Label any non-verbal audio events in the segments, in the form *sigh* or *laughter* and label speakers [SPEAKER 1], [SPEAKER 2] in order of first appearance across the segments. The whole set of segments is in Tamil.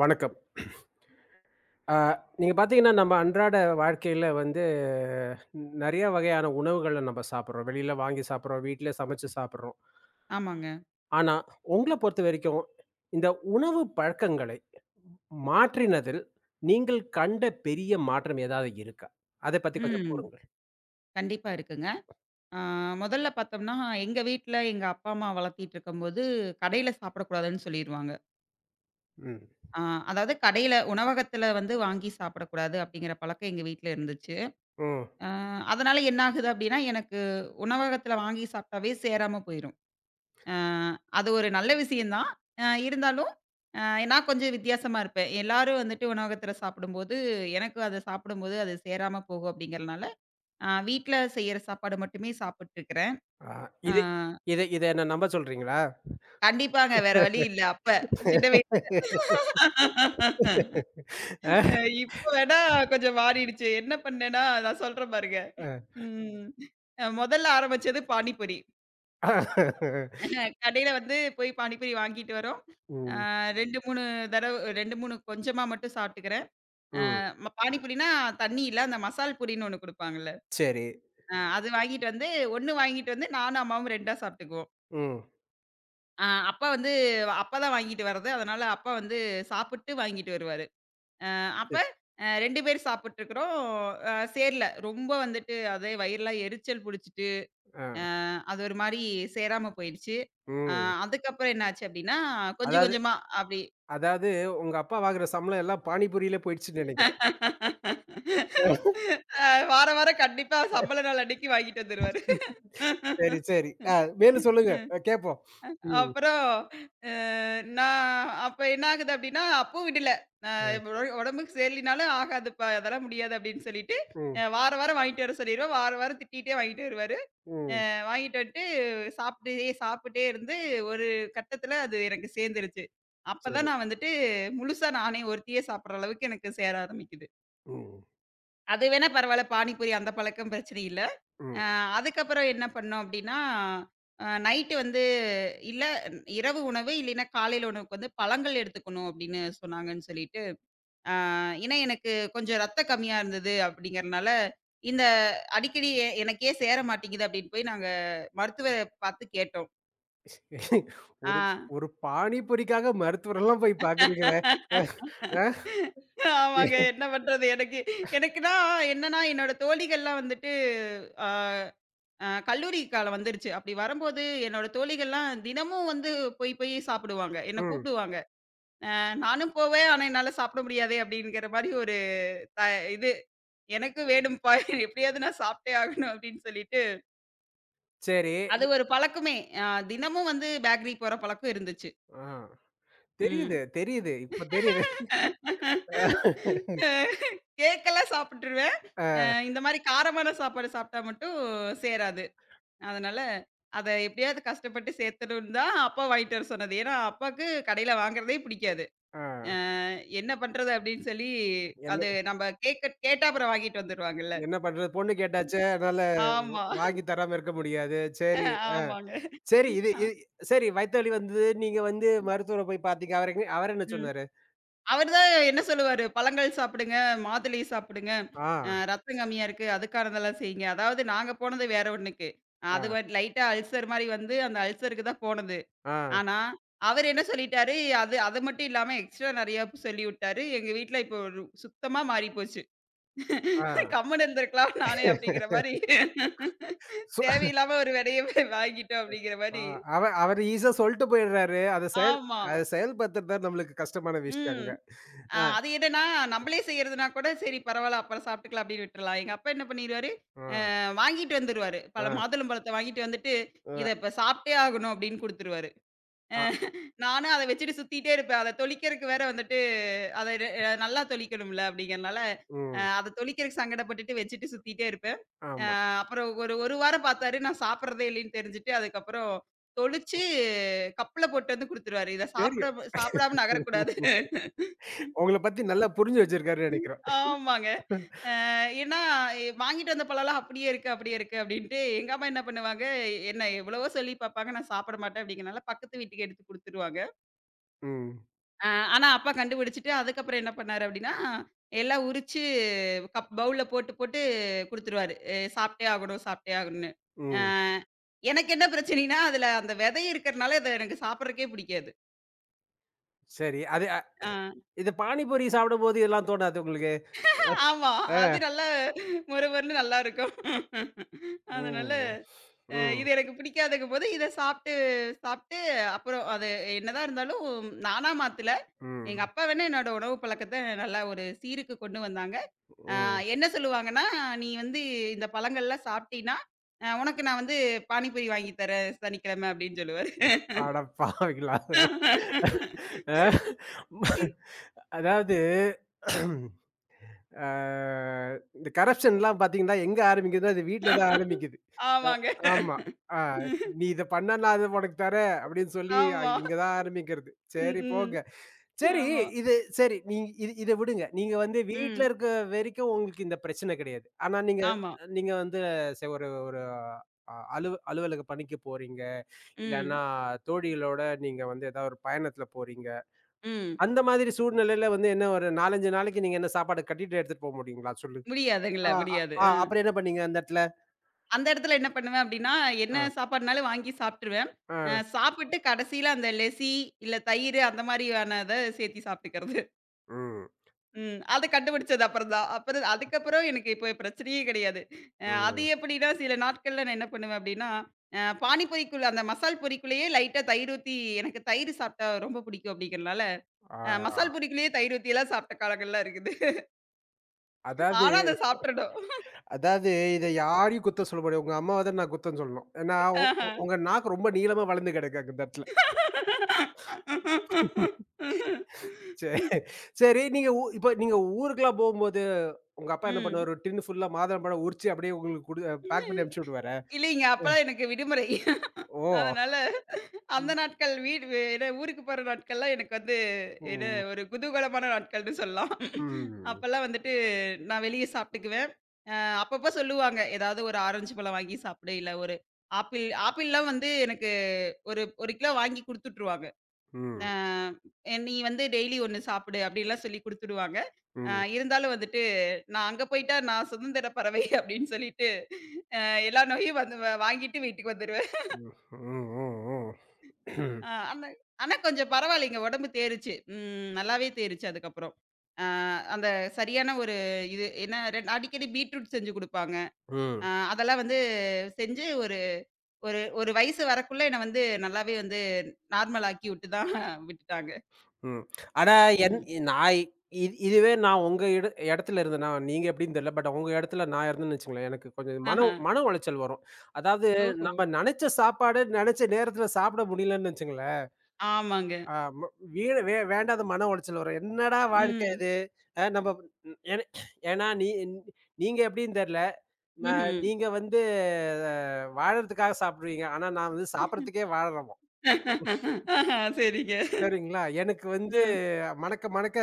[SPEAKER 1] வணக்கம். அ நீங்க பார்த்தீங்கன்னா, நம்ம அன்றாட வாழ்க்கையில வந்து நெறைய வகையான உணவுகள நம்ம சாப்பிடுறோம். வெளியில வாங்கி சாப்பிடுறோம், வீட்ல சமைச்சு சாப்பிடுறோம்.
[SPEAKER 2] ஆமாங்க.
[SPEAKER 1] ஆனா, உங்கள பொறுத்த வரைக்கும் இந்த உணவு பழக்கங்களை மாற்றினதில் நீங்கள் கண்ட பெரிய மாற்றம் ஏதாவது இருக்கா? அத பத்தி கொஞ்சம்
[SPEAKER 2] ம்.
[SPEAKER 1] கூறுங்கள்.
[SPEAKER 2] கண்டிப்பா இருக்குங்க. ஆ முதல்ல பார்த்தோம்னா, எங்க வீட்ல எங்க அப்பா, அம்மா வளர்த்திட்டுருக்கும்போது, கடையில சாப்பிடக்கூடாதுன்னு சொல்லிருவாங்க.
[SPEAKER 1] ம்.
[SPEAKER 2] ஆ அதாவது கடையில உணவகத்துல வந்து வாங்கி சாப்பிடக்கூடாது அப்படிங்கிற பழக்கம் எங்க வீட்ல இருந்துச்சு.
[SPEAKER 1] ம்.
[SPEAKER 2] ஆ அதனால என்ன ஆகுது அப்படின்னா, எனக்கு உணவகத்துல வாங்கி சாப்பிட்டாவே சேராம போயிரும். ஆ அது ஒரு நல்ல விஷயம் தான். இருந்தாலும் அ நான் கொஞ்சம் வித்தியாசமா இருப்பேன். எல்லாரும் வந்துட்டு உணவகத்துல சாப்பிடும்போது, எனக்கு அத சாப்பிடும்போது அது சேராம போகும் அப்படிங்கிறனால வீட்ல செய்யற சாப்பாடு மட்டுமே சாப்பிட்டுருக்கிறேன்.
[SPEAKER 1] அ
[SPEAKER 2] ஆ
[SPEAKER 1] இது இத இத என்ன நம்ப சொல்றீங்களா?
[SPEAKER 2] கண்டிப்பாங்க. வேற வழி
[SPEAKER 1] *laughs*
[SPEAKER 2] இல்ல அப்ப. சின்ன வயசுல. *laughs* அ
[SPEAKER 1] அ.
[SPEAKER 2] இப்ப வேணா கொஞ்சம் மாறிடுச்சு. என்ன பண்ணேன்னா, நான் சொல்றேன் பாருங்க.
[SPEAKER 1] அ.
[SPEAKER 2] ம். மொதல்ல ஆரம்பிச்சது பானிபூரி. கடையில வந்து போய் பானிபூரி வாங்கிட்டு வரோம். ஆ
[SPEAKER 1] ம்.
[SPEAKER 2] 2, 3 தடவ 2, 3 கொஞ்சமா மட்டும் சாப்பிட்டுக்கிறேன். அ
[SPEAKER 1] ம்.
[SPEAKER 2] ம பானிபூரினா தண்ணி இல்ல. அந்த மசால் பூரின்னு ஒண்ணு குடுப்பாங்கல்ல.
[SPEAKER 1] சரி.
[SPEAKER 2] அது வாங்கிட்டு வந்து 1 வாங்கிட்டு வந்து நானும், அம்மாவும் 2ஆ சாப்பிட்டுக்குவோம்.
[SPEAKER 1] ம்.
[SPEAKER 2] அ அப்பா வந்து அப்பா தான் வாங்கிட்டு வர்றது. அதனால அப்பா வந்து சாப்பிட்டு வாங்கிட்டு வருவாரு. அப்ப
[SPEAKER 1] சரி.
[SPEAKER 2] 2 பேர் சாப்பிட்டுருக்கிறோம். சேரல. ரொம்ப வந்துட்டு அதே வயிறெல்லாம் எரிச்சல் புடிச்சுட்டு, அ
[SPEAKER 1] ஆ.
[SPEAKER 2] அது ஒரு மாரி சேராம போயிடுச்சு. அ
[SPEAKER 1] ம்.
[SPEAKER 2] அதுக்கப்புறம் என்னாச்சு அப்டின்னா, கொஞ்சம்
[SPEAKER 1] அதாவது
[SPEAKER 2] கொஞ்சமா அப்டி
[SPEAKER 1] அதாவது உங்க அப்பா வாங்குற சம்பளம் எல்லாம் பானிபூரியில போயிடுச்சுன்னு நெனைக்கிறேன்.
[SPEAKER 2] அ வாரம் வாரம் கண்டிப்பா சம்பள நாள் அன்னைக்கு வாங்கிட்டு வந்துருவாரு.
[SPEAKER 1] சரி, சரி. மேலும் சொல்லுங்க.
[SPEAKER 2] *laughs*
[SPEAKER 1] கேட்போம். ம்.
[SPEAKER 2] அப்புறம் அ நான் அப்ப என்ன ஆகுது அப்டின்னா, அப்பு வீடு அது
[SPEAKER 1] அ.
[SPEAKER 2] உடம்புக்கு சரியில்லைனாலும் ஆகாதுப்பா அதெல்லாம் முடியாது அப்படின்னு சொல்லிட்டு,
[SPEAKER 1] ம்.
[SPEAKER 2] வார வாரம் வாங்கிட்டு வர சொல்லிருவேன். வார வாரம் திட்டிட்டே வாங்கிட்டு வருவாரு. அ
[SPEAKER 1] ம்.
[SPEAKER 2] வாங்கிட்டு வந்துட்டு சாப்பிட்டே சாப்பிட்டே இருந்து ஒரு கட்டத்தில அது எனக்கு சேர்ந்துருச்சு. அப்பதான்
[SPEAKER 1] சரி.
[SPEAKER 2] நான் வந்துட்டு முழுசா நானே ஒருத்தியே சாப்பிடுற அளவுக்கு எனக்கு சேர ஆரம்பிக்குது.
[SPEAKER 1] ம்.
[SPEAKER 2] அது வேணா பரவால்ல, பானிபூரி அந்த பழக்கம் பிரச்சனை இல்ல.
[SPEAKER 1] ம்.
[SPEAKER 2] அ அதுக்கப்புறம் என்ன பண்ணோம் அப்படின்னா, நைட்டு வந்து இல்ல இரவு உணவு இல்லைன்னா காலையில உணவுக்கு வந்து பழங்கள் எடுத்துக்கணும் அப்படின்னு சொன்னாங்கன்னு சொல்லிட்டு ஆ, ஏன்னா எனக்கு கொஞ்சம் ரத்தம் கம்மியா இருந்தது அப்படிங்கறனால, இந்த அடிக்கடி எனக்கே சேர மாட்டேங்குது அப்படின்னு போய் நாங்க மருத்துவர பார்த்து கேட்டோம். ஆ.
[SPEAKER 1] ஒரு ஒரு பானிபூரிக்காக மருத்துவரெல்லாம் போய் பார்க்குறீங்களே! அ.
[SPEAKER 2] ஆமாங்க. என்ன பண்றது? எனக்குன்னா என்னன்னா, என்னோட தோழிகள்லாம் வந்துட்டு ஆ கல்லூரி காலம் வந்துருச்சு. அப்படி வரும்போது என்னோட தோழிகள்லாம் தினமும் வந்து போய் போய் சாப்பிடுவாங்க. என்ன
[SPEAKER 1] ம்.
[SPEAKER 2] கூப்பிடுவாங்க. நானும் போவேன். ஆனா என்னால சாப்பிட முடியாதே அப்படிங்கிற மாரி ஒரு த இது. எனக்கு வேணும்ப்பா. *laughs* எப்படியாவது நான் சாப்பிட்டே ஆகணும் அப்படின்னு சொல்லிட்டு
[SPEAKER 1] சரி.
[SPEAKER 2] அது ஒரு பழக்கமே. அ தினமும் வந்து பேக்கரி போற பழக்கம் இருந்துச்சு.
[SPEAKER 1] ஆ. தெரியுது,
[SPEAKER 2] ம்.
[SPEAKER 1] தெரியுது. இப்ப தெரியுது.
[SPEAKER 2] அ கேக்கெல்லாம் சாப்பிட்டுருவேன். அ
[SPEAKER 1] அ,
[SPEAKER 2] இந்த மாரி காரமான சாப்பாடு சாப்பிட்டா மட்டும் சேராது. அதனால அத எப்படியாவது கஷ்டப்பட்டு சேர்த்தணும்ன்னு தான் அப்பா வாங்கிட்டு வர சொன்னது. ஏன்னா, அப்பாவுக்கு கடையில வாங்குறதே பிடிக்காது.
[SPEAKER 1] அ.
[SPEAKER 2] அ என்ன பண்றது அப்படின்னு சொல்லி
[SPEAKER 1] என்ன
[SPEAKER 2] அது நம்ம கேக்க கேட்டா அப்புறம் வாங்கிட்டு வந்துருவாங்கல்ல.
[SPEAKER 1] என்ன பண்றது? பொண்ணு கேட்டாச்சே! அதனால
[SPEAKER 2] ஆமா.
[SPEAKER 1] வாங்கி தராம இருக்க முடியாது. சரி.
[SPEAKER 2] ஆமாங்க.
[SPEAKER 1] சரி. இது இ
[SPEAKER 2] அ.
[SPEAKER 1] சரி, வயித்து வலி வந்தது. நீங்க வந்து மருத்துவர போய் பார்த்தீங்க. அவரு என்ன
[SPEAKER 2] ம்.
[SPEAKER 1] சொன்னாரு?
[SPEAKER 2] அவர் தான் என்ன சொல்லுவாரு, "பழங்கள் சாப்பிடுங்க, மாதுளை சாப்பிடுங்க,
[SPEAKER 1] ஆ,
[SPEAKER 2] ரத்தம் கம்மியா இருக்கு, அதுக்கானதெல்லாம் செய்யுங்க." அதாவது நாங்க போனது வேற ஒண்ணுக்கு.
[SPEAKER 1] ஆ,
[SPEAKER 2] அது லைட்டா அல்சர் மாரி வந்து, அந்த அல்சருக்கு தான் போனது.
[SPEAKER 1] ஆ,
[SPEAKER 2] ஆனா, அவரு என்ன சொல்லிட்டாரு, அது அது மட்டும் இல்லாம எக்ஸ்ட்ரா நெறையா சொல்லி விட்டாரு. எங்க வீட்ல இப்போ ஒரு சுத்தமா மாறி போச்சு.
[SPEAKER 1] ஆ.
[SPEAKER 2] கம்முனு இருந்திருக்கலாம் நானே அப்படிங்கிற மாரி.
[SPEAKER 1] சு
[SPEAKER 2] தேவையில்லாம ஒரு விடைய வாங்கிட்டோம் அப்படிங்கிற
[SPEAKER 1] ஆ
[SPEAKER 2] மாரி.
[SPEAKER 1] அவ அவரு ஈஸியா சொல்ட்டு போயிடுறாரு.
[SPEAKER 2] ஆமா.
[SPEAKER 1] அத செயல்படுத்துறது தான் நம்மளுக்கு கஷ்டமான விஷயம்
[SPEAKER 2] ம்.
[SPEAKER 1] அங்க. ஆ,
[SPEAKER 2] அது என்னன்னா, நம்பளே செய்றதுனா கூட சரி பரவால்ல அப்புறம் சாப்பிட்டுக்கலாம் அப்படின்னு விட்டுறலாம். எங்க அப்பா என்ன பண்ணிருவாரு,
[SPEAKER 1] ஆ,
[SPEAKER 2] வாங்கிட்டு வந்துருவாரு. பழம்
[SPEAKER 1] ஆ,
[SPEAKER 2] மாதுளம் பழத்த வாங்கிட்டு வந்துட்டு,
[SPEAKER 1] அ,
[SPEAKER 2] "இத இப்ப சாப்பிட்டே ஆகணும்" அப்படின்னு குடுத்துருவாரு. அ
[SPEAKER 1] ஆ,
[SPEAKER 2] நானும் அத வச்சுட்டு சுத்திட்டே இருப்பேன். அத தொளிக்கிறதுக்கு வேற வந்துட்டு அத ரெ அ நல்லா தொளிக்கணும்ல அப்படிங்கிறனால,
[SPEAKER 1] ம்.
[SPEAKER 2] அத தொளிக்கிறதுக்கு சங்கடப்பட்டுட்டு வச்சுட்டு சுத்திட்டே இருப்பேன்.
[SPEAKER 1] ஆமா.
[SPEAKER 2] அப்புறம் ஒரு 1 வாரம் பார்த்தாரு, நான் சாப்பிடுறதே இல்லைன்னு தெரிஞ்சுட்டு, அதுக்கப்புறம் தொளிச்சு கப்புல போட்டு வந்து குடுத்துருவாரு. "இத
[SPEAKER 1] தெரியும்.
[SPEAKER 2] சாப்பிடாம நகரக்கூடாது."
[SPEAKER 1] உங்கள பத்தி நல்லா புரிஞ்சு வச்சிருக்காருன்னு நெனைக்கிறோம்.
[SPEAKER 2] ஆமாங்க. அ ஏன்னா, வாங்கிட்டு வந்த பழம்லாம் அப்படியே இருக்கு, அப்படியே இருக்கு அப்படின்ட்டு எங்க அம்மா என்ன பண்ணுவாங்க, என்ன எவ்வளவோ சொல்லி பாப்பாங்க, நான் சாப்பிட மாட்டேன் அப்படிங்கிறனால பக்கத்து வீட்டுக்கு எடுத்து குடுத்துருவாங்க.
[SPEAKER 1] ம்,
[SPEAKER 2] அ ஆனா அப்பா கண்டுபிடிச்சுட்டு அதுக்கப்புறம் என்ன பண்ணாரு அப்படின்னா, எல்லாம் உரிச்சு பவுல்ல போட்டு, போட்டு குடுத்துருவாரு. சாப்பிட்டே ஆகணும், சாப்பிட்டே ஆகணும்னு." அ
[SPEAKER 1] ம்.
[SPEAKER 2] எனக்கு என்ன பிரச்சனைன்னா, அதுல அந்த விதை இருக்கிறனால அத எனக்கு சாப்பிடுறதுக்கே பிடிக்காது.
[SPEAKER 1] சரி. அது அ
[SPEAKER 2] அ
[SPEAKER 1] இது பானிபூரி சாப்பிடும்போது இதெல்லாம் தோணாது உங்களுக்கு?
[SPEAKER 2] ஆமா. அது
[SPEAKER 1] அ.
[SPEAKER 2] நல்லா மொறு மொறுன்னு நல்லாருக்கும். அதனால
[SPEAKER 1] ம், ம்,
[SPEAKER 2] இது எனக்கு பிடிக்காதங்கும்போது, இத சாப்ட்டு சாப்ட்டு அப்புறம் அது என்னதான் இருந்தாலும் நானா மாத்தல. எங்க
[SPEAKER 1] ம்,
[SPEAKER 2] அப்பா வேணா என்னோட உணவு பழக்கத்த நல்லா ஒரு சீருக்கு கொண்டு வந்தாங்க. அ
[SPEAKER 1] ம்.
[SPEAKER 2] என்ன சொல்லுவாங்கன்னா, "நீ வந்து இந்த பழங்கள்லாம் சாப்ட்டீன்னா, உனக்கு நான் வந்து பானிபூரி வாங்கி தரேன் சனிக்கிழமை" அப்டின்னு சொல்லுவாரு.
[SPEAKER 1] அட பாவிங்களா! அ அதாவது அ இந்த கரப்ஷன்லாம் பார்த்தீங்கன்னா, எங்க ஆரம்பிக்குதுன்னா, அது வீட்ல தான் ஆரம்பிக்குது. அ
[SPEAKER 2] ஆமாங்க.
[SPEAKER 1] ஆமா. ஆ "நீ இத பண்ணா நான் அத உனக்கு தரேன்" அப்படின்னு சொல்லி
[SPEAKER 2] ஆமா.
[SPEAKER 1] இங்க தான் ஆரம்பிக்கிறது.
[SPEAKER 2] ம்,
[SPEAKER 1] சரி
[SPEAKER 2] ம்.
[SPEAKER 1] போங்க. சரி.
[SPEAKER 2] ஆமா.
[SPEAKER 1] இது சரி நீ இது இத விடுங்க. நீங்க வந்து வீட்ல
[SPEAKER 2] ம்.
[SPEAKER 1] இருக்க வரைக்கும் உங்களுக்கு இந்த பிரச்சனை கிடையாது. ஆனா நீங்க
[SPEAKER 2] ஆமா.
[SPEAKER 1] நீங்க வந்து ச ஒரு ஒரு அ அலுவ அலுவலக பணிக்கு போறீங்க. இல்லன்னா
[SPEAKER 2] ம்,
[SPEAKER 1] தோழிகளோட நீங்க வந்து ஏதாவது ஒரு பயணத்துல போறீங்க.
[SPEAKER 2] ம்.
[SPEAKER 1] அந்த மாதிரி சூழ்நிலையில வந்து என்ன ஒரு 4, 5 நாளைக்கு நீங்க என்ன சாப்பாடு கட்டிட்டு எடுத்துட்டு போ முடியுங்களா? சொல்லு.
[SPEAKER 2] முடியாதுங்கள
[SPEAKER 1] ஆ, அ,
[SPEAKER 2] முடியாது.
[SPEAKER 1] அப்புறம் என்ன பண்ணீங்க அந்த இடத்துல?
[SPEAKER 2] அந்த இடத்துல என்ன பண்ணுவேன் அப்படின்னா, என்ன
[SPEAKER 1] ஆ,
[SPEAKER 2] சாப்பாடுனாலும் வாங்கி சாப்ட்டுருவேன்.
[SPEAKER 1] ஆ,
[SPEAKER 2] சாப்பிட்டு கடைசியில அந்த லெசி, இல்ல தயிரு அந்த மாரியானத சேர்த்தி சாப்ட்டுக்கிறது.
[SPEAKER 1] ம்,
[SPEAKER 2] ம். அத கண்டுபிடிச்சது அப்புறம் தான். அப்புறம் அதுக்கப்புறம் எனக்கு இப்ப பிரச்சனையே கிடையாது. அது
[SPEAKER 1] ம்.
[SPEAKER 2] எப்படின்னா, சில நாட்கள்ல நான் என்ன பண்ணுவேன் அப்படின்னா, பானிபூரிக்குள்ள அந்த மசால் பூரிக்குள்ளேயே லைட்டா தயிர் ஊத்தி எனக்கு தயிர் சாப்பிட்டா ரொம்ப பிடிக்கும் அப்படிங்கிறனால,
[SPEAKER 1] ஆ
[SPEAKER 2] மசால் பூரிக்குள்ளேயே தயிர் ஊத்திலாம் சாப்பிட்ட காலங்கள்லாம் இருக்குது.
[SPEAKER 1] அதாவது
[SPEAKER 2] ஆனா அத சாப்ட்டுடணும்.
[SPEAKER 1] அதாவது இத யாரையும் குத்தம் சொல்ல முடியாது. உங்க அம்மாவ தான் நான் குத்தம் சொல்லணும். ஏன்னா உ
[SPEAKER 2] ஆஹ.
[SPEAKER 1] உ உங்க நாக்கு ரொம்ப நீளமா வளர்ந்து கிடக்கு அந்த இடத்துல. *laughs* சரி, சரி. நீங்க இப்ப நீங்க ஊருக்குலாம் போகும்போது, உங்க அப்பா என்ன
[SPEAKER 2] ம்.
[SPEAKER 1] பண்ணுவாரு? ஒரு டின் ஃபுல்லா மாதுளம்பழம் உரிச்சு அப்படியே உங்களுக்கு பேக் பண்ணி அனுப்பிச்சு விடுவாரா?
[SPEAKER 2] இல்லைங்க. அப்பலாம் எனக்கு விடுமுறை.
[SPEAKER 1] ஓ!
[SPEAKER 2] அதனால அந்த நாட்கள் என்ன ஊருக்கு போற நாட்கள்லாம் எனக்கு வந்து என்ன
[SPEAKER 1] ఓహ్!
[SPEAKER 2] ஒரு குதூகலமான நாட்கள்னு சொல்லலாம்.
[SPEAKER 1] హ్మ్.
[SPEAKER 2] அப்பலாம் வந்துட்டு நான் வெளிய சாப்பிட்டுக்குவேன். அ அப்பப்போ சொல்லுவாங்க. ஏதாவது ஒரு ஆரஞ்சு பழம் வாங்கி சாப்பிடு, இல்ல ஒரு ஆப்பிள்லாம் வந்து எனக்கு ஒரு 1 கிலோ வாங்கி குடுத்துட்டுருவாங்க.
[SPEAKER 1] హ్మ్.
[SPEAKER 2] அ "நீ வந்து டெய்லி ஒண்ணு சாப்பிடு" அப்படிலாம் சொல்லி குடுத்துடுவாங்க.
[SPEAKER 1] హ్మ్.
[SPEAKER 2] இருந்தாலும் வந்துட்டு, நான் அங்க போயிட்டா நான் சுதந்திர பறவை *laughs* அப்படின்னு சொல்லிட்டு, அ எல்லா நோயும் வந்து வாங்கிட்டு வீட்டுக்கு வந்துருவேன்.
[SPEAKER 1] హ్మ్. హ్మ్. హ్మ్. హ్మ్.
[SPEAKER 2] அ ஆனா ஆனா கொஞ்சம் பரவாயில்லைங்க. உடம்பு தேறுச்சு. ம் நல்லாவே தேறுச்சு அதுக்கப்புறம். அ அந்த சரியான ஒரு இது ஏன்னா அடிக்கடி பீட்ரூட் செஞ்சு குடுப்பாங்க. அ
[SPEAKER 1] ம்.
[SPEAKER 2] அதெல்லாம் வந்து செஞ்சு ஒரு ஒரு ஒரு வயசு வரக்குள்ள என்ன வந்து நல்லாவே வந்து நார்மல் ஆக்கி விட்டு தான் விட்டுட்டாங்க.
[SPEAKER 1] ம். ஆனா, என்
[SPEAKER 2] ம்.
[SPEAKER 1] நான் இது இதுவே நான் உங்க இடத்துல இருந்தேன்னா, நீங்க எப்படின்னு தெரியல. பட் உங்க இடத்துல நான் இருந்தேன்னு வச்சுக்கோங்களேன், எனக்கு கொஞ்சம் மன
[SPEAKER 2] ஆஹ.
[SPEAKER 1] மன உளைச்சல் வரும். அதாவது
[SPEAKER 2] ஓஹோ!
[SPEAKER 1] நம்ம நெனச்ச சாப்பாடு நெனச்ச நேரத்துல சாப்பிட முடியலன்னு வச்சுக்கங்களேன்,
[SPEAKER 2] ஆமாங்க.
[SPEAKER 1] ஆ ம வீண வே வேண்டாத மன உளைச்சல் வரும். என்னடா வாழ்க்கை
[SPEAKER 2] ம்.
[SPEAKER 1] இது? அ நம்ம என ஏன்னா நீங்க எப்படின்னு தெரியல.
[SPEAKER 2] ம்ஹ்ம்.
[SPEAKER 1] நீங்க வந்து அ வாழறதுக்காக சாப்பிடுவீங்க. ஆனா, நான் வந்து சாப்பிடறதுக்கே வாழுறோம்.
[SPEAKER 2] *laughs* ஆஹா, சரிங்க.
[SPEAKER 1] சரிங்களா? எனக்கு வந்து
[SPEAKER 2] அ,
[SPEAKER 1] மணக்க மணக்க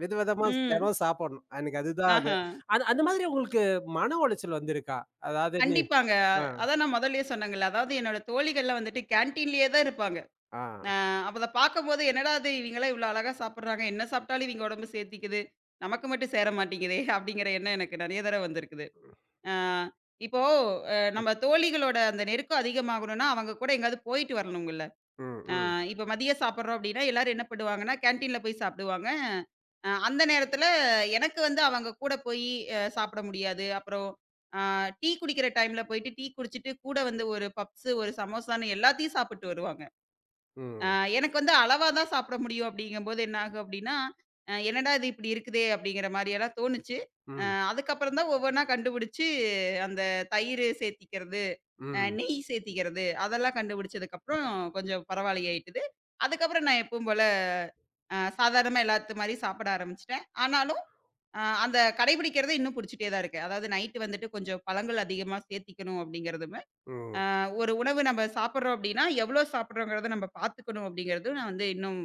[SPEAKER 1] வித விதமா
[SPEAKER 2] ம்.
[SPEAKER 1] தினம் சாப்பிடணும். எனக்கு அதுதான் அது.
[SPEAKER 2] ஆஹா.
[SPEAKER 1] அது அந்த மாதிரி உங்களுக்கு மன உளைச்சல் வந்திருக்கா? அதாவது,
[SPEAKER 2] கண்டிப்பாங்க.
[SPEAKER 1] ஆ,
[SPEAKER 2] அதான் நான் முதல்லயே சொன்னேங்கல்ல. அதாவது என்னோட தோழிகள்லாம் வந்துட்டு கேன்டீன்லயே தான் இருப்பாங்க.
[SPEAKER 1] ஆ.
[SPEAKER 2] அ அப்ப அத பார்க்கும்போது, "என்னடா இது இவங்கலாம் இவ்ளோ அழகா சாப்பிடுறாங்க. என்ன சாப்பிட்டாலும் இவங்க உடம்பு சேர்த்திக்குது. நமக்கு மட்டும் சேர மாட்டேங்குதே!" அப்படிங்கிற எண்ணம் எனக்கு நெறைய தடவ வந்திருக்குது. அ இப்போ
[SPEAKER 1] ம்,
[SPEAKER 2] நம்ம தோழிகளோட அந்த நெருக்கம் அதிகமாகணும்னா, அவங்க கூட எங்கேயாவது போயிட்டு வரணுங்கல்ல.
[SPEAKER 1] ம்,
[SPEAKER 2] அ
[SPEAKER 1] ம்,
[SPEAKER 2] இப்ப மதியம் சாப்பிடுறோம் அப்படின்னா, எல்லாரும் என்ன பண்ணுவாங்கன்னா, கேன்டீன்ல போய் சாப்பிடுவாங்க. அந்த நேரத்தில எனக்கு வந்து அவங்க கூட போயி சாப்பிட முடியாது. அப்புறம் அ டீ குடிக்கிற டைம்ல போயிட்டு டீ குடிச்சிட்டு கூட வந்து ஒரு பப்ஸு, ஒரு சமோசான்னு எல்லாத்தையும் சாப்பிட்டு வருவாங்க. அ
[SPEAKER 1] ம்,
[SPEAKER 2] எனக்கு வந்து அளவா தான் சாப்பிட முடியும் அப்படிங்கும்போது என்ன ஆகும் அப்படின்னா, என்னடா இது இப்படி இருக்குதே அப்படிங்கிற மாரியெல்லாம் தோணுச்சு. அ
[SPEAKER 1] ம்,
[SPEAKER 2] அதுக்கப்புறம் தான் ஒவ்வொன்னா கண்டுபிடிச்சு அந்த தயிர் சேர்த்திக்கிறது.
[SPEAKER 1] ம்,
[SPEAKER 2] நெய் சேத்திக்கிறது, அதெல்லாம் கண்டுபிடிச்சதுக்கப்புறம் கொஞ்சம் பரவாயில்லையாயிட்டுது. அதுக்கப்புறம் நான் எப்பவும் போல சாதாரணமா எல்லாத்து மாரி சாப்பிட ஆரம்பிச்சுட்டேன். ஆனாலும் அந்த கடைபிடிக்கிறத இன்னும் புடிச்சுட்டே தான் இருக்கேன். அதாவது நைட்டு வந்துட்டு கொஞ்சம் பழங்கள் அதிகமா சேத்திக்கணும் அப்படிங்கிறதுமே,
[SPEAKER 1] ம்.
[SPEAKER 2] ஒரு உணவு நம்ம சாப்பிடுறோம் அப்படின்னா, எவ்வளோ சாப்பிடுறோங்கிறத நம்ம பார்த்துக்கணும் அப்படிங்கிறதும் நான் வந்து இன்னும்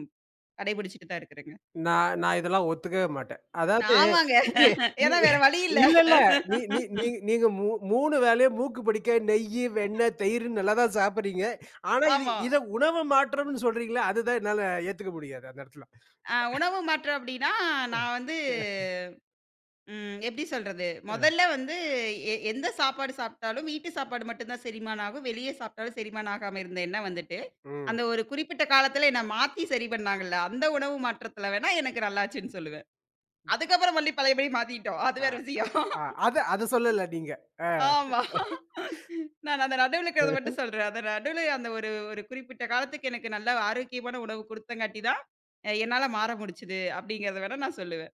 [SPEAKER 2] கடைபிடிச்சுட்டு தான் இருக்கிறேங்க.
[SPEAKER 1] நான் நான் இதெல்லாம் ஒத்துக்கவே மாட்டேன். அதாவது
[SPEAKER 2] ஆமாங்க.
[SPEAKER 1] நீங்க நீ
[SPEAKER 2] ஏன்னா வேற வழி இல்ல.
[SPEAKER 1] இல்ல, இல்ல. நீ நீ நீ நீங்க 3 வேளையும் மூக்கு பிடிக்க நெய்யி, வெண்ணெய், தயிர்ன்னு நல்லா தான் சாப்பிடுறீங்க. ஆனா
[SPEAKER 2] ஆமா.
[SPEAKER 1] இத உணவு மாற்றம்ன்னு சொல்றீங்களே, அதுதான் என்னால ஏத்துக்க முடியாது அந்த இடத்துல.
[SPEAKER 2] உணவு மாற்றம் அப்படின்னா, நான் வந்து ம். எப்படி சொல்றது?
[SPEAKER 1] அ,
[SPEAKER 2] மொதல்ல வந்து எந்த சாப்பாடு சாப்பிட்டாலும் வீட்டு சாப்பாடு மட்டும் தான் செரிமானம் ஆகும். வெளிய சாப்பிட்டாலும் செரிமானம் ஆகாம இருந்த என்ன வந்துட்டு,
[SPEAKER 1] ம்.
[SPEAKER 2] அந்த ஒரு குறிப்பிட்ட காலத்துல என்ன மாத்தி சரி பண்ணாங்கல்ல, அந்த உணவு மாற்றத்துல வேணா எனக்கு நல்லாச்சுன்னு சொல்லுவேன். அதுக்கப்புறம் மறுபடியும் பழையபடி மாத்திட்டோம். அது
[SPEAKER 1] அ,
[SPEAKER 2] வேற விஷயம்.
[SPEAKER 1] அ
[SPEAKER 2] *laughs*
[SPEAKER 1] அத அத சொல்லல நீங்க. அ.
[SPEAKER 2] ஆமா. நான் அந்த நடுவுல இருக்கிறத மட்டும் சொல்றேன். அந்த நடுவுல அந்த ஒரு ஒரு குறிப்பிட்ட காலத்துக்கு எனக்கு நல்ல ஆரோக்கியமான உணவு குடுத்தங்காட்டி தான், என்னால மாற முடிச்சுது அப்படிங்கிறத வேணா நான் சொல்லுவேன்.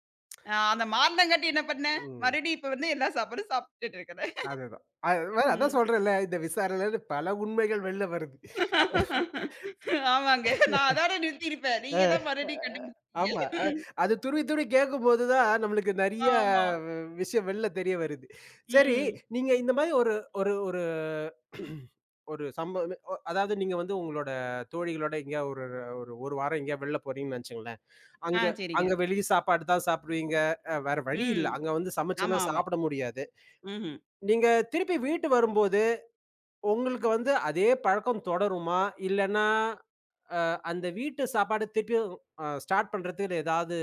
[SPEAKER 2] அந்த மாறுனங்காட்டி என்ன பண்ணேன்,
[SPEAKER 1] ம்.
[SPEAKER 2] மறுபடியும் இப்ப வந்து எல்லா சாப்பாடும் சாப்பிட்டுட்டு இருக்கிறேன்.
[SPEAKER 1] அதுதான். அதான்
[SPEAKER 2] ம்.
[SPEAKER 1] சொல்றேன்ல, இந்த விசாரணையில இருந்து பல உண்மைகள் வெளில வருது.
[SPEAKER 2] *laughs* ஆமாங்க. நான் அதோட நிறுத்தியிருப்பேன்.
[SPEAKER 1] அ
[SPEAKER 2] நீங்க தான்
[SPEAKER 1] அ,
[SPEAKER 2] மறுபடியும் கண்டுபிடிச்சீங்க.
[SPEAKER 1] ஆமா. அது துருவி துருவி கேட்கும்போது தான் நம்மளுக்கு நெறைய
[SPEAKER 2] ஆமா.
[SPEAKER 1] விஷயம் வெளில தெரிய வருது. சரி,
[SPEAKER 2] ம்.
[SPEAKER 1] நீங்க இந்த மாரி ஒரு ஒரு ஒரு ஒரு சம்பவம் அதாவது நீங்க வந்து உங்களோட தோழிகளோட எங்கேயா ஒரு ஒரு 1 வாரம் எங்கேயா வெளில போறீங்கன்னு நெனச்சுங்களேன். அங்க.
[SPEAKER 2] சரிங்க.
[SPEAKER 1] அங்க வெளிய சாப்பாடு தான் சாப்பிடுவீங்க. வேற வழி இல்ல.
[SPEAKER 2] ம்.
[SPEAKER 1] அங்க வந்து
[SPEAKER 2] ஆமா,
[SPEAKER 1] சமைச்சுலாம்
[SPEAKER 2] ஆமா.
[SPEAKER 1] சாப்பிட முடியாது.
[SPEAKER 2] ம்ஹ்ம்.
[SPEAKER 1] நீங்க திருப்பி வீட்டு வரும்போது, உங்களுக்கு வந்து அதே பழக்கம் தொடருமா? இல்லன்னா அந்த வீட்டு சாப்பாடு திருப்பியும் ஸ்டார்ட் பண்றதுக்கு ஏதாவது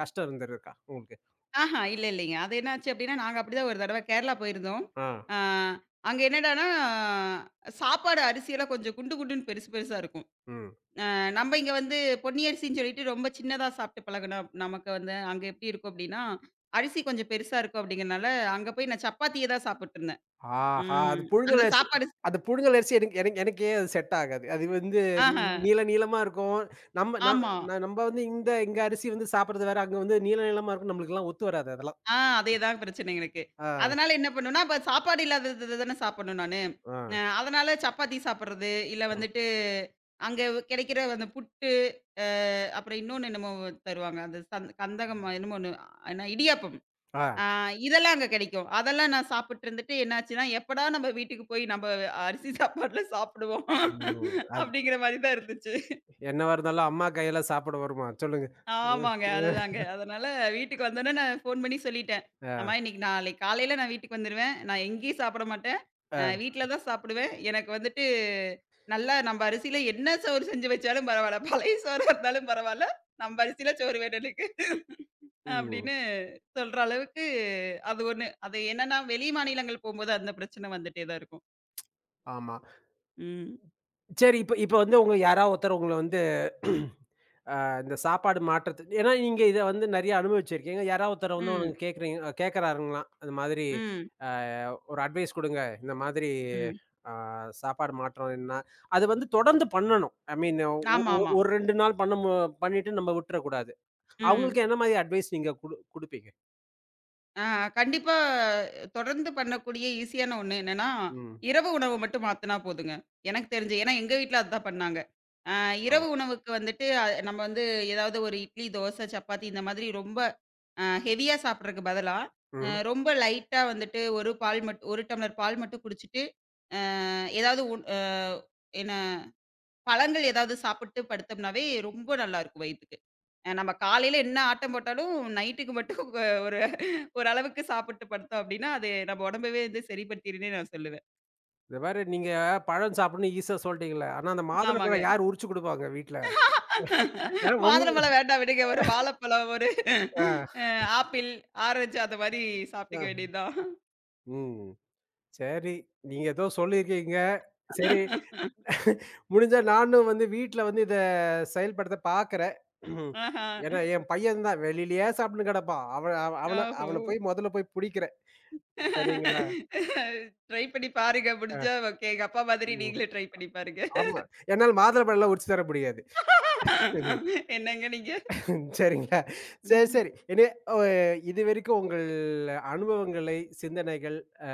[SPEAKER 1] கஷ்டம் இருந்திருக்கா? உங்களுக்கு?
[SPEAKER 2] ஆஹா இல்ல இல்லைங்க. அது என்னாச்சு அப்டின்னா, நாங்க அப்படிதான் ஒரு தடவ கேரளா போயிருந்தோம்.
[SPEAKER 1] ஆ.
[SPEAKER 2] ஆ அங்க என்னடான்னா, சாப்பாடு அரிசியெல்லாம் கொஞ்சம் குண்டு குண்டுன்னு பெருசு பெருசா இருக்கும்.
[SPEAKER 1] ம்.
[SPEAKER 2] அ நம்ம இங்க வந்து பொன்னி அரிசின்னு சொல்லிட்டு ரொம்ப சின்னதா சாப்பிட்டு பழகுனோம். நமக்கு வந்து அங்க எப்படி இருக்கும் அப்படின்னா, அரிசி கொஞ்சம் பெருசா இருக்கும் அப்படிங்கிறனால, அங்க போய் நான் சப்பாத்திய தான் சாப்பிட்டுருந்தேன்.
[SPEAKER 1] ஆஹா! அது
[SPEAKER 2] ம். அந்த
[SPEAKER 1] புழுங்கல் அரிசி
[SPEAKER 2] சாப்பாடு
[SPEAKER 1] அந்த புழுங்கல் அரிசி எனக்கு எனக்கு எனக்கே அது செட் ஆகாது. அது வந்து
[SPEAKER 2] ஆஹ.
[SPEAKER 1] நீள நீளமா இருக்கும். நம்ம ந
[SPEAKER 2] ஆமா.
[SPEAKER 1] ந நம்ம வந்து இந்த இங்க அரிசி வந்து சாப்பிடுறது வேற, அங்க வந்து நீள நீளமா இருக்கும். நம்மளுக்கெல்லாம் ஒத்து வராது அதெல்லாம்.
[SPEAKER 2] அதேதான் பிரச்சனை எனக்கு.
[SPEAKER 1] ஆ.
[SPEAKER 2] அதனால என்ன பண்ணுவேன்னா, அப்ப சாப்பாடு இல்லாதது தானே சாப்பிடணும் நானு.
[SPEAKER 1] ஆ.
[SPEAKER 2] அதனால சப்பாத்தி சாப்பிடுறது, இல்ல
[SPEAKER 1] ஆமா.
[SPEAKER 2] வந்துட்டு அங்க கிடைக்கிற அந்த புட்டு, அ அப்புறம் இன்னொன்னு என்னமோ தருவாங்க. அந்த கந்தகம் என்னமோ ஒண்ணு. என்ன இடியாப்பம்.
[SPEAKER 1] ஆ.
[SPEAKER 2] ஆ இதெல்லாம் அங்க கிடைக்கும். அதெல்லாம் நான் சாப்பிட்டு இருந்துட்டு என்னாச்சுன்னா, எப்படா நம்ம வீட்டுக்கு போய் நம்ம அரிசி சாப்பாடுல சாப்பிடுவோம்
[SPEAKER 1] ம்.
[SPEAKER 2] *laughs*
[SPEAKER 1] அது
[SPEAKER 2] அப்படிங்கிற மாரி தான் இருந்துச்சு.
[SPEAKER 1] என்னவா இருந்தாலும் அம்மா கையால சாப்பிட வருமா? சொல்லுங்க. ம்.
[SPEAKER 2] ஆமாங்க. அதுதாங்க. அதனால வீட்டுக்கு வந்தோனே நான் ஃபோன் பண்ணி சொல்லிட்டேன்.
[SPEAKER 1] ஆ.
[SPEAKER 2] அம்மா இன்னைக்கு நாளைக்கு காலையில நான் வீட்டுக்கு வந்துருவேன். நான் எங்கேயும் சாப்பிட மாட்டேன்.
[SPEAKER 1] ஆ.
[SPEAKER 2] வீட்ல தான் சாப்பிடுவேன். எனக்கு வந்துட்டு நல்லா நம்ம அரிசியில என்ன சோறு செஞ்சு வச்சாலும் பரவால்ல. பழைய சோறா இருந்தாலும் பரவால்ல. நம்ம அரிசியில சோறு வேணும் எனக்கு.
[SPEAKER 1] ம்.
[SPEAKER 2] அப்படின்னு சொல்ற அளவுக்கு அது ஒண்ணு. அது என்னன்னா வெளி மாநிலங்கள் போம்போது அந்த பிரச்சனை வந்துட்டே தான் இருக்கும்.
[SPEAKER 1] ஆமா.
[SPEAKER 2] ம்.
[SPEAKER 1] சரி. இப்ப இப்ப வந்து உங்க யாராவது ஒருத்தர் உங்கள வந்து அந்த சாப்பாடு மாற்றத்து ஏன்னா நீங்க இத வந்து நெறைய அனுபவிச்சிருக்கீங்க. யாராவது ஒருத்தர வந்து
[SPEAKER 2] ம்.
[SPEAKER 1] உனக்கு கேட்கிறீங்க கேட்கிறாருங்களாம். அந்த மாதிரி
[SPEAKER 2] ம்.
[SPEAKER 1] அ ஒரு அட்வைஸ் குடுங்க. இந்த மாதிரி
[SPEAKER 2] ம்.
[SPEAKER 1] அ சாப்பாடு மாற்றம்ன்னா, அது வந்து தொடர்ந்து பண்ணணும். ஐ மீன்
[SPEAKER 2] ஆமாமா.
[SPEAKER 1] ஒரு 2 நாள் பண்ணிட்டு நம்ம விட்டுறக்கூடாது.
[SPEAKER 2] ம்.
[SPEAKER 1] அவங்களுக்கு என்ன மாதிரி அட்வைஸ் நீங்க குடுப்பீங்க?
[SPEAKER 2] ஆ கண்டிப்பா தொடர்ந்து பண்ணக்கூடிய ஈஸியான ஒண்ணு என்னன்னா,
[SPEAKER 1] ம்.
[SPEAKER 2] இரவு உணவு மட்டும் மாத்துனா போதுங்க. எனக்கு தெரிஞ்சு. ஏன்னா எங்க வீட்ல அதுதான் பண்ணாங்க. ஆ
[SPEAKER 1] ஆ.
[SPEAKER 2] இரவு உணவுக்கு வந்துட்டு நம்ம வந்து ஏதாவது ஒரு இட்லி, தோசை, சப்பாத்தி இந்த மாதிரி ரொம்ப ஹெவியா சாப்பிடுறதுக்கு பதிலா,
[SPEAKER 1] ம்ஹ்ம்.
[SPEAKER 2] ரொம்ப லைட்டா வந்துட்டு ஒரு பால் மட் 1 டம்ளர் பால் மட்டும் குடிச்சிட்டு அ ஏதாவது உண் அ என்ன பழங்கள் ஏதாவது சாப்பிட்டு படுத்தோம்னாவே ரொம்ப நல்லாயிருக்கும் வயித்துக்கு. நம்ம காலையில என்ன ஆட்டம் போட்டாலும் நைட்டுக்கு மட்டும் ஒரு ஒரு அளவுக்கு சாப்பிட்டு படுத்தோம் அப்படின்னா, அது நம்ம உடம்பவே வந்து சரிப்படுத்திருன்னே நான் சொல்லுவேன்.
[SPEAKER 1] இந்த மாரி நீங்க பழம் சாப்பிடணும்னு ஈஸியா சொல்ட்டீங்கல்ல. ஆனா அந்த
[SPEAKER 2] ஆமாங்க.
[SPEAKER 1] மாதுளப்பழம் யார் உரிச்சு குடுப்பாங்க வீட்ல? ஆ
[SPEAKER 2] *laughs*
[SPEAKER 1] உங்க
[SPEAKER 2] மாதுளம்பழம் வேண்டாம் விடுங்க. ஒரு வாழைப்பழம், ஒரு
[SPEAKER 1] ஆ.
[SPEAKER 2] அ ஆப்பிள், ஆரஞ்சு அந்த மாரி
[SPEAKER 1] ஆ.
[SPEAKER 2] சாப்பிட்டுக்க வேண்டியது தான்.
[SPEAKER 1] ம். சரி. நீங்க ஏதோ சொல்லியிருக்கீங்க. சரி. முடிஞ்சா நானும் வந்து வீட்ல வந்து இத செயல்படுத்த பார்க்கிறேன். *clears throat*
[SPEAKER 2] ஆஹா.
[SPEAKER 1] ஏன்னா, என் பையன் தான் வெளியிலயே சாப்ட்டுன்னு கெடப்பான். அவன் அவ அவன
[SPEAKER 2] ஓஹோ!
[SPEAKER 1] அவன மொதல்ல போய் புடிக்கிறேன். சரிங்களா?
[SPEAKER 2] *laughs* ட்ரை பண்ணி பாருங்க.
[SPEAKER 1] அ
[SPEAKER 2] முடிஞ்சா ஓகே. எங்க அப்பா மாதிரி
[SPEAKER 1] ம்.
[SPEAKER 2] நீங்களும் ட்ரை பண்ணி பாருங்க.
[SPEAKER 1] ஆமா. என்னால மாதுளம்பழம்லாம் உரிச்சு தர முடியாது. *laughs*
[SPEAKER 2] என்னங்க நீங்க?
[SPEAKER 1] சரிங்களா? சரி,
[SPEAKER 2] ம்.
[SPEAKER 1] சரி. இனி அ இதுவரைக்கும் உங்கள் அனுபவங்களை, சிந்தனைகள் அ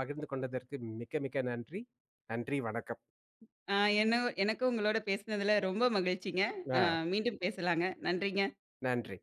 [SPEAKER 1] பகிர்ந்து கொண்டதற்கு மிக்க, மிக்க நன்றி. நன்றி, வணக்கம்.
[SPEAKER 2] ஆ என்ன எனக்கு உங்களோட பேசினதுல ரொம்ப மகிழ்ச்சிங்க. அ
[SPEAKER 1] அ
[SPEAKER 2] மீண்டும் பேசலாங்க. நன்றிங்க.
[SPEAKER 1] நன்றி.